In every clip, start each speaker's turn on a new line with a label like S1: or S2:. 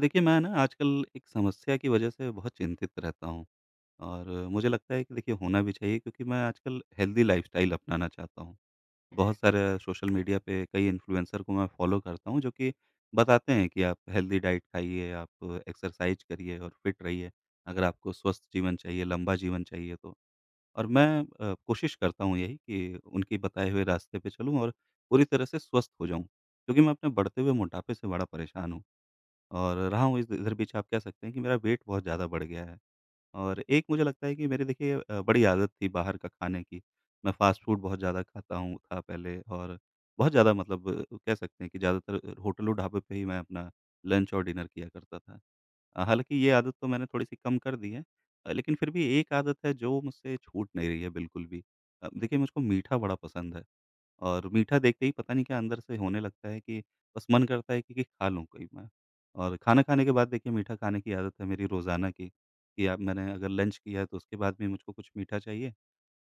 S1: देखिए, मैं ना आजकल एक समस्या की वजह से बहुत चिंतित रहता हूँ और मुझे लगता है कि देखिए होना भी चाहिए क्योंकि मैं आजकल हेल्दी लाइफ़स्टाइल अपनाना चाहता हूँ। बहुत सारे सोशल मीडिया पे कई इन्फ्लुएंसर को मैं फ़ॉलो करता हूँ जो कि बताते हैं कि आप हेल्दी डाइट खाइए, आप एक्सरसाइज़ करिए और फिट रहिए, अगर आपको स्वस्थ जीवन चाहिए, लंबा जीवन चाहिए तो। और मैं कोशिश करता हूँ यही कि उनके बताए हुए रास्ते पे चलूँ और पूरी तरह से स्वस्थ हो जाऊँ, क्योंकि मैं अपने बढ़ते हुए मोटापे से बड़ा परेशान हूँ। और रहा हूँ इस इधर बीच आप कह सकते हैं कि मेरा वेट बहुत ज़्यादा बढ़ गया है और एक मुझे लगता है कि मेरी देखिए बड़ी आदत थी बाहर का खाने की। मैं फ़ास्ट फ़ूड बहुत ज़्यादा खाता हूँ था पहले और बहुत ज़्यादा मतलब कह सकते हैं कि ज़्यादातर होटल और ढाबे पे ही मैं अपना लंच और डिनर किया करता था। हालाँकि ये आदत तो मैंने थोड़ी-सी कम कर दी है, लेकिन फिर भी एक आदत है जो मुझसे छूट नहीं रही है बिल्कुल भी। देखिए मुझको मीठा बड़ा पसंद है। और मीठा देखते ही पता नहीं क्या अंदर से होने लगता है कि बस मन करता है कि खा लूँ कोई मैं। और खाना खाने के बाद देखिए मीठा खाने की आदत है मेरी रोज़ाना की, कि अब मैंने अगर लंच किया तो उसके बाद भी मुझको कुछ मीठा चाहिए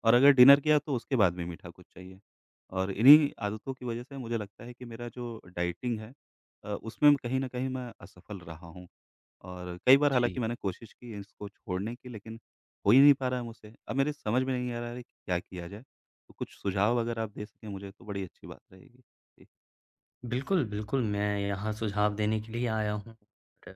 S1: और अगर डिनर किया तो उसके बाद भी मीठा कुछ चाहिए। और इन्हीं आदतों की वजह से मुझे लगता है कि मेरा जो डाइटिंग है उसमें कहीं न कहीं मैं असफल रहा हूँ। और कई बार हालाँकि
S2: जी,
S1: मैंने कोशिश की इसको छोड़ने की लेकिन हो ही नहीं पा रहा है मुझसे। अब मेरे समझ में नहीं आ रहा है कि क्या किया जाए? तो कुछ सुझाव अगर आप दे सकें मुझे तो बड़ी अच्छी बात रहेगी। जी।
S2: बिल्कुल, बिल्कुल, मैं यहाँ सुझाव देने के लिए आया हूँ। और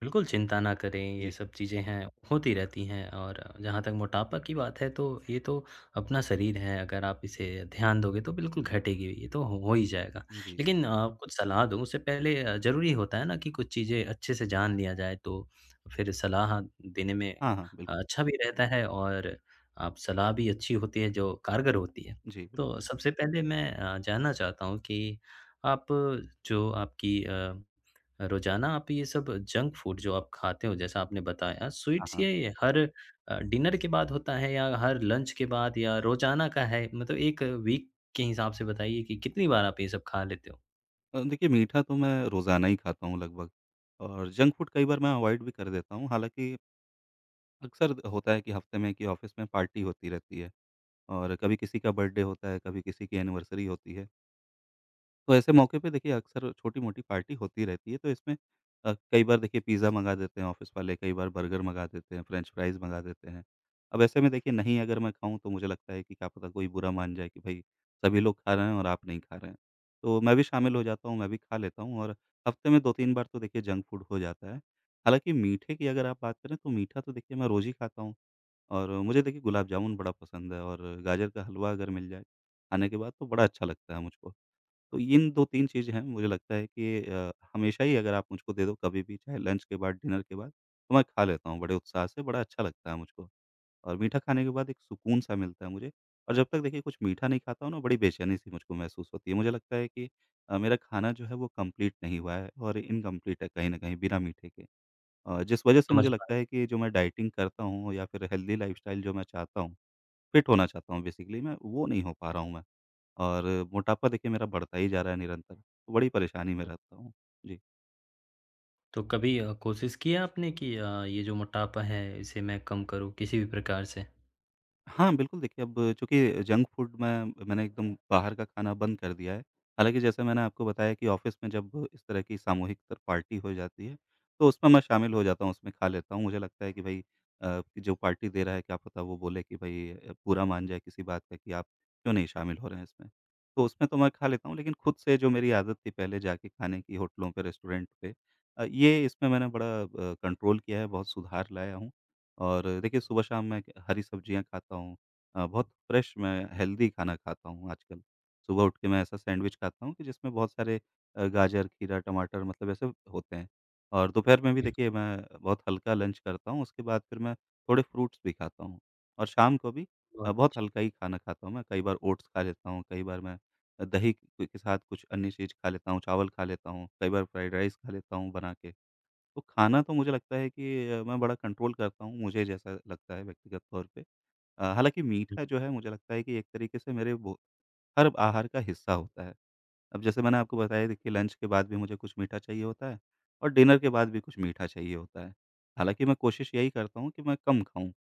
S2: बिल्कुल चिंता ना करें, ये
S1: जी,
S2: सब चीज़ें हैं, होती रहती हैं और जहाँ तक मोटापा की बात है, तो ये तो अपना शरीर है, अगर आप इसे ध्यान दोगे, तो बिल्कुल घटेगी, ये तो हो ही जाएगा।
S1: जी।
S2: लेकिन कुछ सलाह दूँ, उससे पहले ज़रूरी होता है ना कि कुछ चीज़ें अच्छे से जान लिया जाए, तो फिर सलाह देने में
S1: हाँ, हाँ, बिल्कुल।
S2: अच्छा भी रहता है और आप सलाह भी अच्छी होती है, जो कारगर होती है।
S1: जी, बिल
S2: तो सबसे पहले मैं जानना चाहता हूँ कि आप जो आपकी रोज़ाना आप ये सब जंक फूड जो आप खाते हो जैसा आपने बताया
S1: हाँ,
S2: स्वीट्स
S1: हाँ।
S2: ये हर डिनर के बाद होता है या हर लंच के बाद या रोज़ाना का है? मतलब 1 वीक के हिसाब से बताइए कि कितनी बार आप ये सब खा लेते हो?
S1: देखिए मीठा तो मैं रोज़ाना ही खाता हूँ लगभग और जंक फूड कई बार मैं अवॉइड भी कर देता हूँ। हालाँकि अक्सर होता है कि हफ़्ते में कि ऑफ़िस में पार्टी होती रहती है और कभी किसी का बर्थडे होता है, कभी किसी की एनिवर्सरी होती है। तो ऐसे मौके पे देखिए अक्सर छोटी-मोटी पार्टी होती रहती है, तो इसमें कई बार देखिए पिज़्ज़ा मँगा देते हैं ऑफ़िस वाले, कई बार बर्गर मँगा देते हैं, फ्रेंच फ्राइज़ मँगा देते हैं। अब ऐसे में देखिए नहीं अगर मैं खाऊँ तो मुझे लगता है कि क्या पता कोई बुरा मान जाए कि भई सभी लोग खा रहे हैं और आप नहीं खा रहे हैं। तो मैं भी शामिल हो जाता हूँ, मैं भी खा लेता हूँ और हफ़्ते में 2-3 बार तो देखिए जंक फूड हो जाता है। हालाँकि मीठे की अगर आप बात करें तो मीठा तो देखिए मैं रोज़ ही खाता हूँ और मुझे देखिए गुलाब जामुन बड़ा पसंद है और गाजर का हलवा अगर मिल जाए खाने के बाद तो बड़ा अच्छा लगता है मुझको। तो इन 2-3 चीज़ें हैं, मुझे लगता है कि हमेशा ही अगर आप मुझको दे दो कभी भी, चाहे लंच के बाद, डिनर के बाद, तो मैं खा लेता हूँ बड़े उत्साह से, बड़ा अच्छा लगता है मुझको। और मीठा खाने के बाद एक सुकून-सा मिलता है मुझे और जब तक देखिए कुछ मीठा नहीं खाता हूँ ना, बड़ी बेचैनी-सी मुझको महसूस होती है। मुझे लगता है कि मेरा खाना जो है वो कंप्लीट नहीं हुआ है और इनकंप्लीट है कहीं न कहीं बिना मीठे के। जिस वजह से
S2: समझ
S1: मुझे
S2: पा रहा
S1: लगता
S2: हूँ।
S1: है कि जो मैं डाइटिंग करता हूँ या फिर हेल्दी लाइफ़स्टाइल जो मैं चाहता हूँ, फिट होना चाहता हूँ बेसिकली मैं, वो नहीं हो पा रहा हूँ मैं। और मोटापा देखिए मेरा बढ़ता ही जा रहा है निरंतर, तो बड़ी परेशानी में रहता हूँ। जी।
S2: तो कभी कोशिश की है आपने कि ये जो मोटापा है इसे मैं कम करूँ किसी भी प्रकार से?
S1: हाँ, बिल्कुल देखिए, अब चूँकि जंक फूड मैंने एकदम बाहर का खाना बंद कर दिया है। हालाँकि जैसे मैंने आपको बताया कि ऑफ़िस में जब इस तरह की सामूहिक तर पार्टी हो जाती है, तो उसमें मैं शामिल हो जाता हूँ, उसमें खा लेता हूँ। मुझे लगता है कि भई कि जो पार्टी दे रहा है क्या पता वो बोले कि भई बुरा मान जाए किसी बात का कि आप क्यों नहीं शामिल हो रहे हैं इसमें। तो उसमें तो मैं खा लेता हूँ, लेकिन खुद से जो मेरी आदत थी पहले जाके खाने की होटलों पे, रेस्टोरेंट पे, ये इसमें मैंने बड़ा कंट्रोल किया है, बहुत सुधार लाया हूँ। और देखिए सुबह-शाम मैं हरी सब्जियाँ खाता हूँ, बहुत फ्रेश मैं हेल्दी खाना खाता हूँ आजकल। सुबह उठ के मैं ऐसा सैंडविच खाता हूँ कि जिसमें बहुत सारे गाजर, खीरा, टमाटर मतलब ऐसे होते हैं। और दोपहर में भी
S2: बिल्कुल
S1: देखिए मैं बहुत हल्का लंच करता हूँ, उसके बाद फिर मैं थोड़े फ्रूट्स भी खाता हूँ। और शाम को भी
S2: और
S1: बहुत हल्का ही खाना खाता हूँ मैं, कई बार ओट्स खा लेता हूँ, कई बार मैं दही के साथ कुछ अन्य चीज़ खा लेता हूँ, चावल खा लेता हूँ, कई बार फ्राइड राइस खा लेता हूँ बना के। तो खाना तो मुझे लगता है कि मैं बड़ा कंट्रोल करता हूँ, मुझे जैसा लगता है व्यक्तिगत तौर पे। हालाँकि मीठा जो है मुझे लगता है कि एक तरीके से मेरे वो हर आहार का हिस्सा होता है। अब जैसे मैंने आपको बताया देखिए लंच के बाद भी मुझे कुछ मीठा चाहिए होता है और डिनर के बाद भी कुछ मीठा चाहिए होता है। हालाँकि मैं कोशिश यही करता हूँ कि मैं कम खाऊँ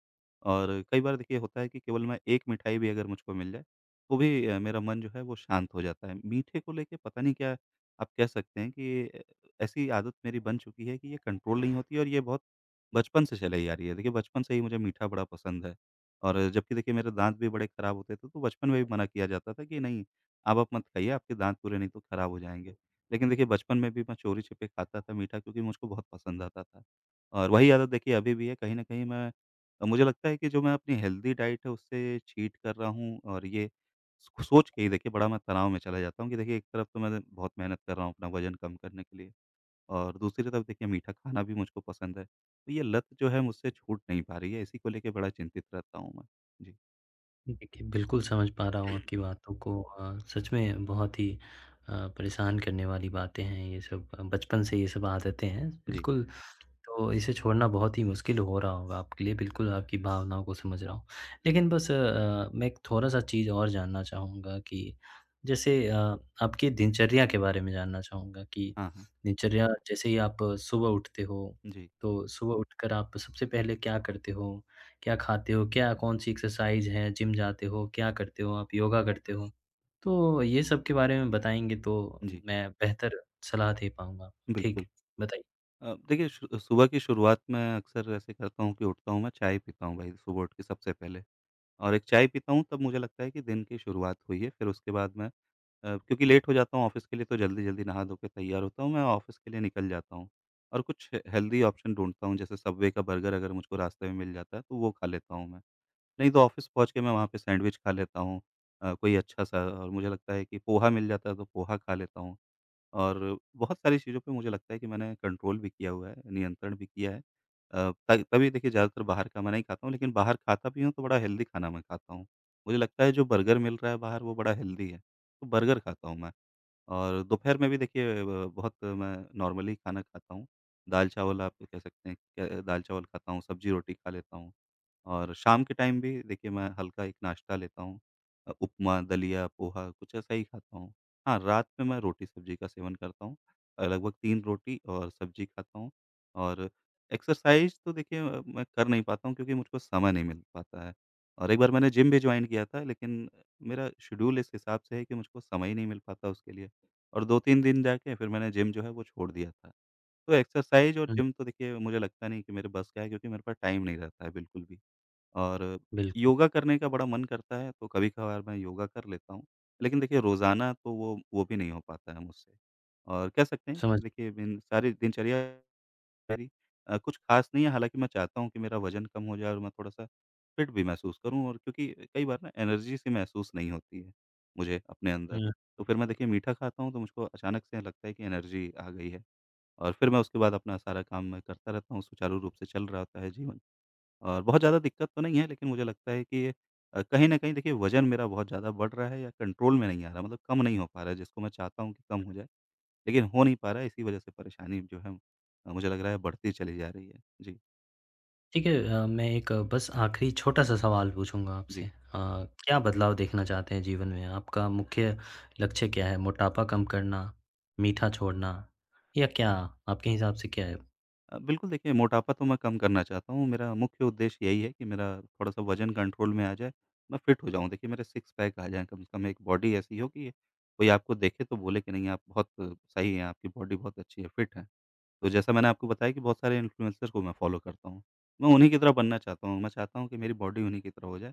S1: और कई बार देखिए होता है कि केवल मैं एक मिठाई भी अगर मुझको मिल जाए, तो भी मेरा मन जो है वो शांत हो जाता है। मीठे को लेके पता नहीं क्या आप कह सकते हैं कि ऐसी आदत मेरी बन चुकी है कि ये कंट्रोल नहीं होती और ये बहुत बचपन से चली आ रही है। देखिए बचपन से ही मुझे मीठा बड़ा पसंद है और जबकि देखिए मेरे दाँत भी बड़े खराब होते थे, तो बचपन में भी मना किया जाता था कि नहीं अब आप मत खाइए, आपके दाँत पूरे नहीं तो खराब हो जाएँगे। लेकिन देखिए बचपन में भी मैं चोरी-छिपे खाता था मीठा क्योंकि मुझको बहुत पसंद आता था। और वही आदत देखिए अभी भी है कहीं न कहीं मैं, मुझे लगता है कि जो मैं अपनी हेल्दी डाइट है उससे चीट कर रहा हूँ और ये सोच के ही देखिए बड़ा मैं तनाव में चला जाता हूँ कि देखिए एक तरफ तो मैं बहुत मेहनत कर रहा हूँ अपना वज़न कम करने के लिए और दूसरी तरफ देखिए मीठा खाना भी मुझको पसंद है। तो ये लत जो है मुझसे छूट नहीं पा रही है, इसी को लेके बड़ा चिंतित रहता हूँ मैं। जी।
S2: देखिए, बिल्कुल समझ पा रहा हूँ आपकी बातों को, सच में बहुत ही परेशान करने वाली बातें हैं ये सब, बचपन से ये सब आदतें हैं
S1: जी।
S2: बिल्कुल। तो इसे छोड़ना बहुत ही मुश्किल हो रहा होगा आपके लिए, बिल्कुल आपकी भावनाओं को समझ रहा हूँ। लेकिन बस मैं एक थोड़ा सा चीज़ और जानना चाहूँगा कि जैसे आपकी दिनचर्या के बारे में जानना चाहूँगा कि
S1: हाँ, हाँ।
S2: दिनचर्या जैसे ही आप सुबह उठते हो
S1: जी,
S2: तो सुबह उठकर आप सबसे पहले क्या करते हो, क्या खाते हो? क्या कौन-सी एक्सरसाइज़ है? जिम जाते हो? क्या करते हो आप? योगा करते हो? तो ये सब के बारे में बताएँगे तो
S1: जी।
S2: मैं बेहतर सलाह दे पाऊँगा। ठीक
S1: बिल्कुल।
S2: है, बताइए।
S1: देखिए शु सुबह की शुरुआत मैं अक्सर ऐसे करता हूँ कि उठता हूँ मैं चाय पीता हूँ भाई सुबह उठ के सबसे पहले और एक चाय पीता हूँ तब मुझे लगता है कि दिन की शुरुआत हुई है। फिर उसके बाद मैं क्योंकि लेट हो जाता हूँ ऑफ़िस के लिए तो जल्दी-जल्दी नहा धो के तैयार होता हूँ मैं ऑफ़िस के लिए निकल जाता हूँ। और कुछ हे हेल्दी ऑप्शन ढूँढता हूँ जैसे सबवे का बर्गर अगर मुझको रास्ते में मिल जाता है तो वो खा लेता हूँ मैं। नहीं तो ऑफ़िस पहुँच के मैं वहाँ पे सैंडविच खा लेता हूँ, कोई अच्छा-सा और मुझे लगता है कि पोहा मिल जाता है तो पोहा खा लेता हूँ। और बहुत सारी चीज़ों पे मुझे लगता है कि मैंने कंट्रोल भी किया हुआ है, नियंत्रण भी किया है। अ, त तभी देखिए ज़्यादातर बाहर का मैं नहीं खाता हूँ, लेकिन बाहर खाता भी हूँ तो बड़ा हेल्दी खाना मैं खाता हूँ। मुझे लगता है जो बर्गर मिल रहा है बाहर वो बड़ा हेल्दी है, तो बर्गर खाता हूँ मैं। और दोपहर में भी देखिए ब बहुत मैं नॉर्मली खाना खाता हूँ। दाल-चावल आप कह सकते हैं कि दाल-चावल खाता हूँ, सब्ज़ी-रोटी खा लेता हूँ। और शाम के टाइम भी देखिए मैं हल्का एक नाश्ता लेता हूँ। उपमा, दलिया, पोहा कुछ ऐसा ही खाता हूँ। हाँ, रात में मैं रोटी-सब्ज़ी का सेवन करता हूँ। लगभग 3 रोटी और सब्ज़ी खाता हूँ और एक्सरसाइज़ तो देखिए मैं कर नहीं पाता हूँ क्योंकि मुझको समय नहीं मिल पाता है। और एक बार मैंने जिम भी जॉइन किया था लेकिन मेरा शेड्यूल इस हिसाब से है कि मुझको समय ही नहीं मिल पाता उसके लिए। और 2-3 दिन जाके फिर मैंने जिम जो है वो छोड़ दिया था। तो एक्सरसाइज़ और
S2: हुँ,
S1: जिम तो देखिए मुझे लगता नहीं कि मेरे बस का है क्योंकि मेरे पास टाइम नहीं रहता है बिल्कुल भी। और
S2: बिल्कुल,
S1: योगा करने का बड़ा मन करता है तो कभी-कभार मैं योगा कर लेता हूँ। लेकिन देखिए रोज़ाना तो वो भी नहीं हो पाता है मुझसे। और कह सकते हैं
S2: समझ
S1: कि देखिए इन सारी दिनचर्या मेरी कुछ खास नहीं है, हालाँकि मैं चाहता हूँ कि मेरा वज़न कम हो जाए और मैं थोड़ा-सा फिट भी महसूस करूँ और क्योंकि कई बार ना एनर्जी सी महसूस नहीं होती है मुझे अपने अंदर।
S2: हुँ,
S1: तो फिर मैं देखिए मीठा खाता हूँ तो मुझको अचानक से लगता है कि एनर्जी आ गई है और फिर मैं उसके बाद अपना सारा काम मैं करता रहता हूँ, सुचारू रूप से चल रहा होता है जीवन। और बहुत ज़्यादा दिक्कत तो नहीं है लेकिन मुझे लगता है कि ये, कहीं न कहीं देखिए वज़न मेरा बहुत ज़्यादा बढ़ रहा है या कंट्रोल में नहीं आ रहा मतलब कम नहीं हो पा रहा है जिसको मैं चाहता हूँ कि कम हो जाए। लेकिन हो नहीं पा रहा है, इसी वजह से परेशानी जो है मुझे लग रहा है बढ़ती चली जा रही है। जी,
S2: ठीक है, मैं एक बस आखिरी छोटा-सा सवाल पूछूँगा आपसे।
S1: जी।
S2: क्या बदलाव देखना चाहते हैं जीवन में? आपका मुख्य लक्ष्य क्या है? मोटापा कम करना, मीठा छोड़ना या क्या? आपके हिसाब से क्या है?
S1: बिल्कुल देखिए मोटापा तो मैं कम करना चाहता हूँ, मेरा मुख्य उद्देश्य यही है कि मेरा थोड़ा-सा वज़न कंट्रोल में आ जाए, मैं फिट हो जाऊँ। देखिए मेरे सिक्स पैक आ जाएँ, कम से कम एक बॉडी ऐसी हो कि कोई आपको देखे तो बोले कि नहीं आप बहुत सही हैं, आपकी बॉडी बहुत अच्छी है, फिट है। तो जैसा मैंने आपको बताया कि बहुत सारे इन्फ्लुएंसर को मैं फॉलो करता हूँ। मैं उन्हीं की तरह बनना चाहता हूँ। मैं चाहता हूँ कि मेरी बॉडी उन्हीं की तरह हो जाए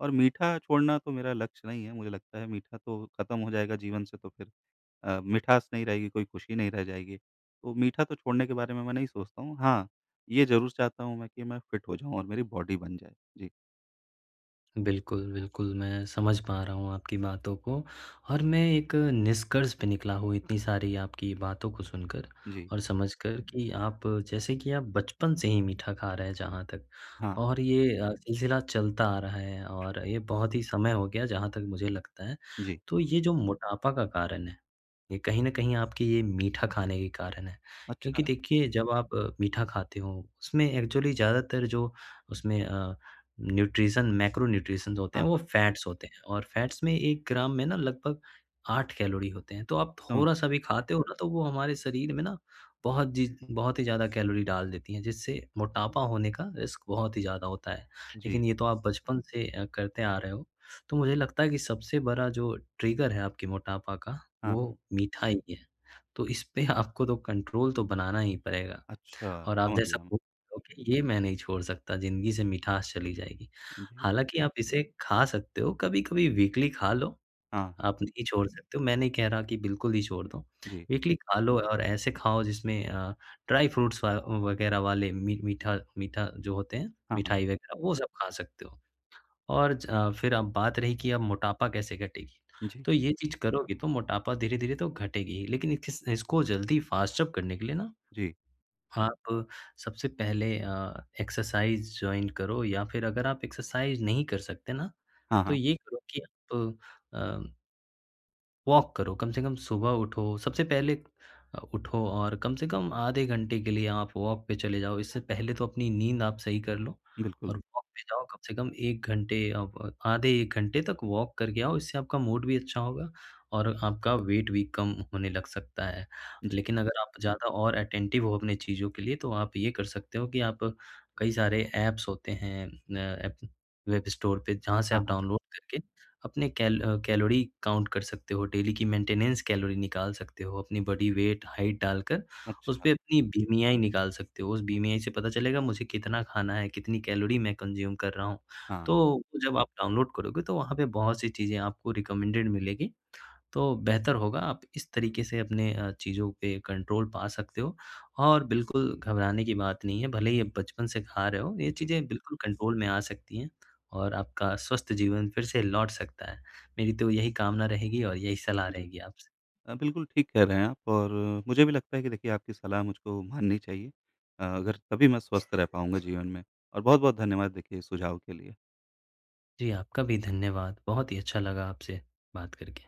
S1: और मीठा छोड़ना तो मेरा लक्ष्य नहीं है। मुझे लगता है मीठा तो खत्म हो जाएगा जीवन से तो फिर मिठास नहीं रहेगी, कोई खुशी नहीं रह जाएगी। तो मीठा तो छोड़ने के बारे में मैं नहीं सोचता हूँ। हाँ, ये ज़रूर चाहता हूँ मैं कि मैं फिट हो जाऊँ और मेरी बॉडी बन जाए। जी,
S2: बिल्कुल, बिल्कुल, मैं समझ पा रहा हूँ आपकी बातों को और मैं एक निष्कर्ष पे निकला हूँ इतनी सारी आपकी बातों को सुनकर
S1: जी,
S2: और समझकर कि आप जैसे कि आप बचपन से ही मीठा खा रहे हैं जहाँ तक,
S1: हाँ,
S2: और ये सिलसिला चलता आ रहा है और ये बहुत ही समय हो गया जहाँ तक मुझे लगता है।
S1: जी।
S2: तो ये जो मोटापा का कारण है, ये कहीं न कहीं आपकी ये मीठा खाने के कारण है।
S1: अच्छा,
S2: क्योंकि देखिए जब आप मीठा खाते हो उसमें एक्चुअली ज़्यादातर जो उसमें न्यूट्रिशन मैक्रोन्यूट्रिशंस होते
S1: हाँ,
S2: हैं, वो
S1: हाँ,
S2: फैट्स होते हैं और फैट्स में 1 ग्राम में ना लगभग 8 कैलोरी होते हैं, तो आप
S1: समझ
S2: थोड़ा-सा
S1: गया।
S2: भी खाते हो ना तो वो हमारे शरीर में ना बहुत जी बहुत ही ज़्यादा कैलोरी डाल देती हैं, जिससे मोटापा होने का रिस्क बहुत ही ज़्यादा होता है।
S1: जी,
S2: लेकिन ये तो आप बचपन से करते आ रहे हो, तो मुझे लगता है कि सबसे बड़ा जो ट्रिगर है आपके मोटापा का,
S1: हाँ,
S2: वो मीठा ही है। तो इस पे आपको तो कंट्रोल तो बनाना ही पड़ेगा।
S1: अच्छा,
S2: और आप
S1: समझ
S2: जैसा
S1: गया मैं।
S2: बोल रहे हो कि ये मैं नहीं छोड़ सकता, ज़िंदगी से मिठास चली जाएगी।
S1: जी,
S2: हालाँकि आप इसे खा सकते हो, कभी-कभी वीकली खा लो,
S1: हाँ, हाँ,
S2: आप नहीं छोड़ सकते हो, मैं नहीं कह रहा कि बिल्कुल ही छोड़ दो।
S1: जी,
S2: वीकली खा लो और ऐसे खाओ जिसमें ड्राई फ्रूट्स व वगैरह वाले मी मीठा मीठा जो होते हैं,
S1: हाँ, हाँ,
S2: मिठाई वगैरह वो सब खा सकते हो। और फिर अब बात रही कि अब मोटापा कैसे घटेगी,
S1: जी,
S2: तो ये चीज़ करोगे तो मोटापा धीरे-धीरे तो घटेगी ही, लेकिन इकिस इसको जल्दी फास्ट अप करने के लिए ना
S1: जी,
S2: आप सबसे पहले एक्सरसाइज़ जॉइन करो या फिर अगर आप एक्सरसाइज़ नहीं कर सकते ना,
S1: हाँ,
S2: तो
S1: हाँ,
S2: ये करो कि आप अ वॉक करो, कम से कम सुबह उठो, सबसे पहले उठो और कम से कम आधे घंटे के लिए आप वॉक पे चले जाओ। इससे पहले तो अपनी नींद आप सही कर लो
S1: बिल्कुल।
S2: और वॉक पे जाओ, कम से कम 1 घंटे आप, आधे 1 घंटे तक वॉक करके आओ, इससे आपका मूड भी अच्छा होगा और आपका वेट भी कम होने लग सकता है।
S1: जी।
S2: लेकिन अगर आप ज़्यादा और अटेंटिव हो अपनी चीज़ों के लिए, तो आप ये कर सकते हो कि आप कई सारे ऐप्स होते हैं, ऐप वेब स्टोर पे जहाँ से
S1: हाँ,
S2: आप
S1: हाँ।
S2: डाउनलोड करके अपने कैलोरी काउंट कर सकते हो, डेली की मेंटेनेंस कैलोरी निकाल सकते हो, अपनी बॉडी वेट, हाइट डालकर
S1: अच्छा,
S2: उसपे अपनी बीईएमआई निकाल सकते हो। उस बीईएमआई से पता चलेगा मुझे कितना खाना है, कितनी कैलोरी मैं कंज़्यूम कर रहा हूँ।
S1: हाँ।
S2: तो जब आप डाउनलोड करोगे तो वहाँ पे बहुत सी चीज़ें आपको रिकमेंडेड मिलेगी, तो बेहतर होगा आप इस तरीके से अपने चीज़ों पे कंट्रोल पा सकते हो और बिल्कुल घबराने की बात नहीं है, भले ही आप बचपन से खा रहे हो, ये
S1: जी,
S2: चीज़ें बिल्कुल कंट्रोल में आ सकती हैं और आपका स्वस्थ जीवन फिर से लौट सकता है। मेरी तो यही कामना रहेगी और यही सलाह
S1: जी।
S2: रहेगी आपसे।
S1: बिल्कुल ठीक कह रहे हैं आप और मुझे भी लगता है कि देखिए आपकी सलाह मुझको माननी चाहिए। अगर तभी मैं स्वस्थ रह पाऊँगा जीवन में और बहुत-बहुत धन्यवाद देखिए इस सुझाव के लिए।
S2: जी, आपका भी धन्यवाद। बहुत ही अच्छा लगा आपसे बात करके।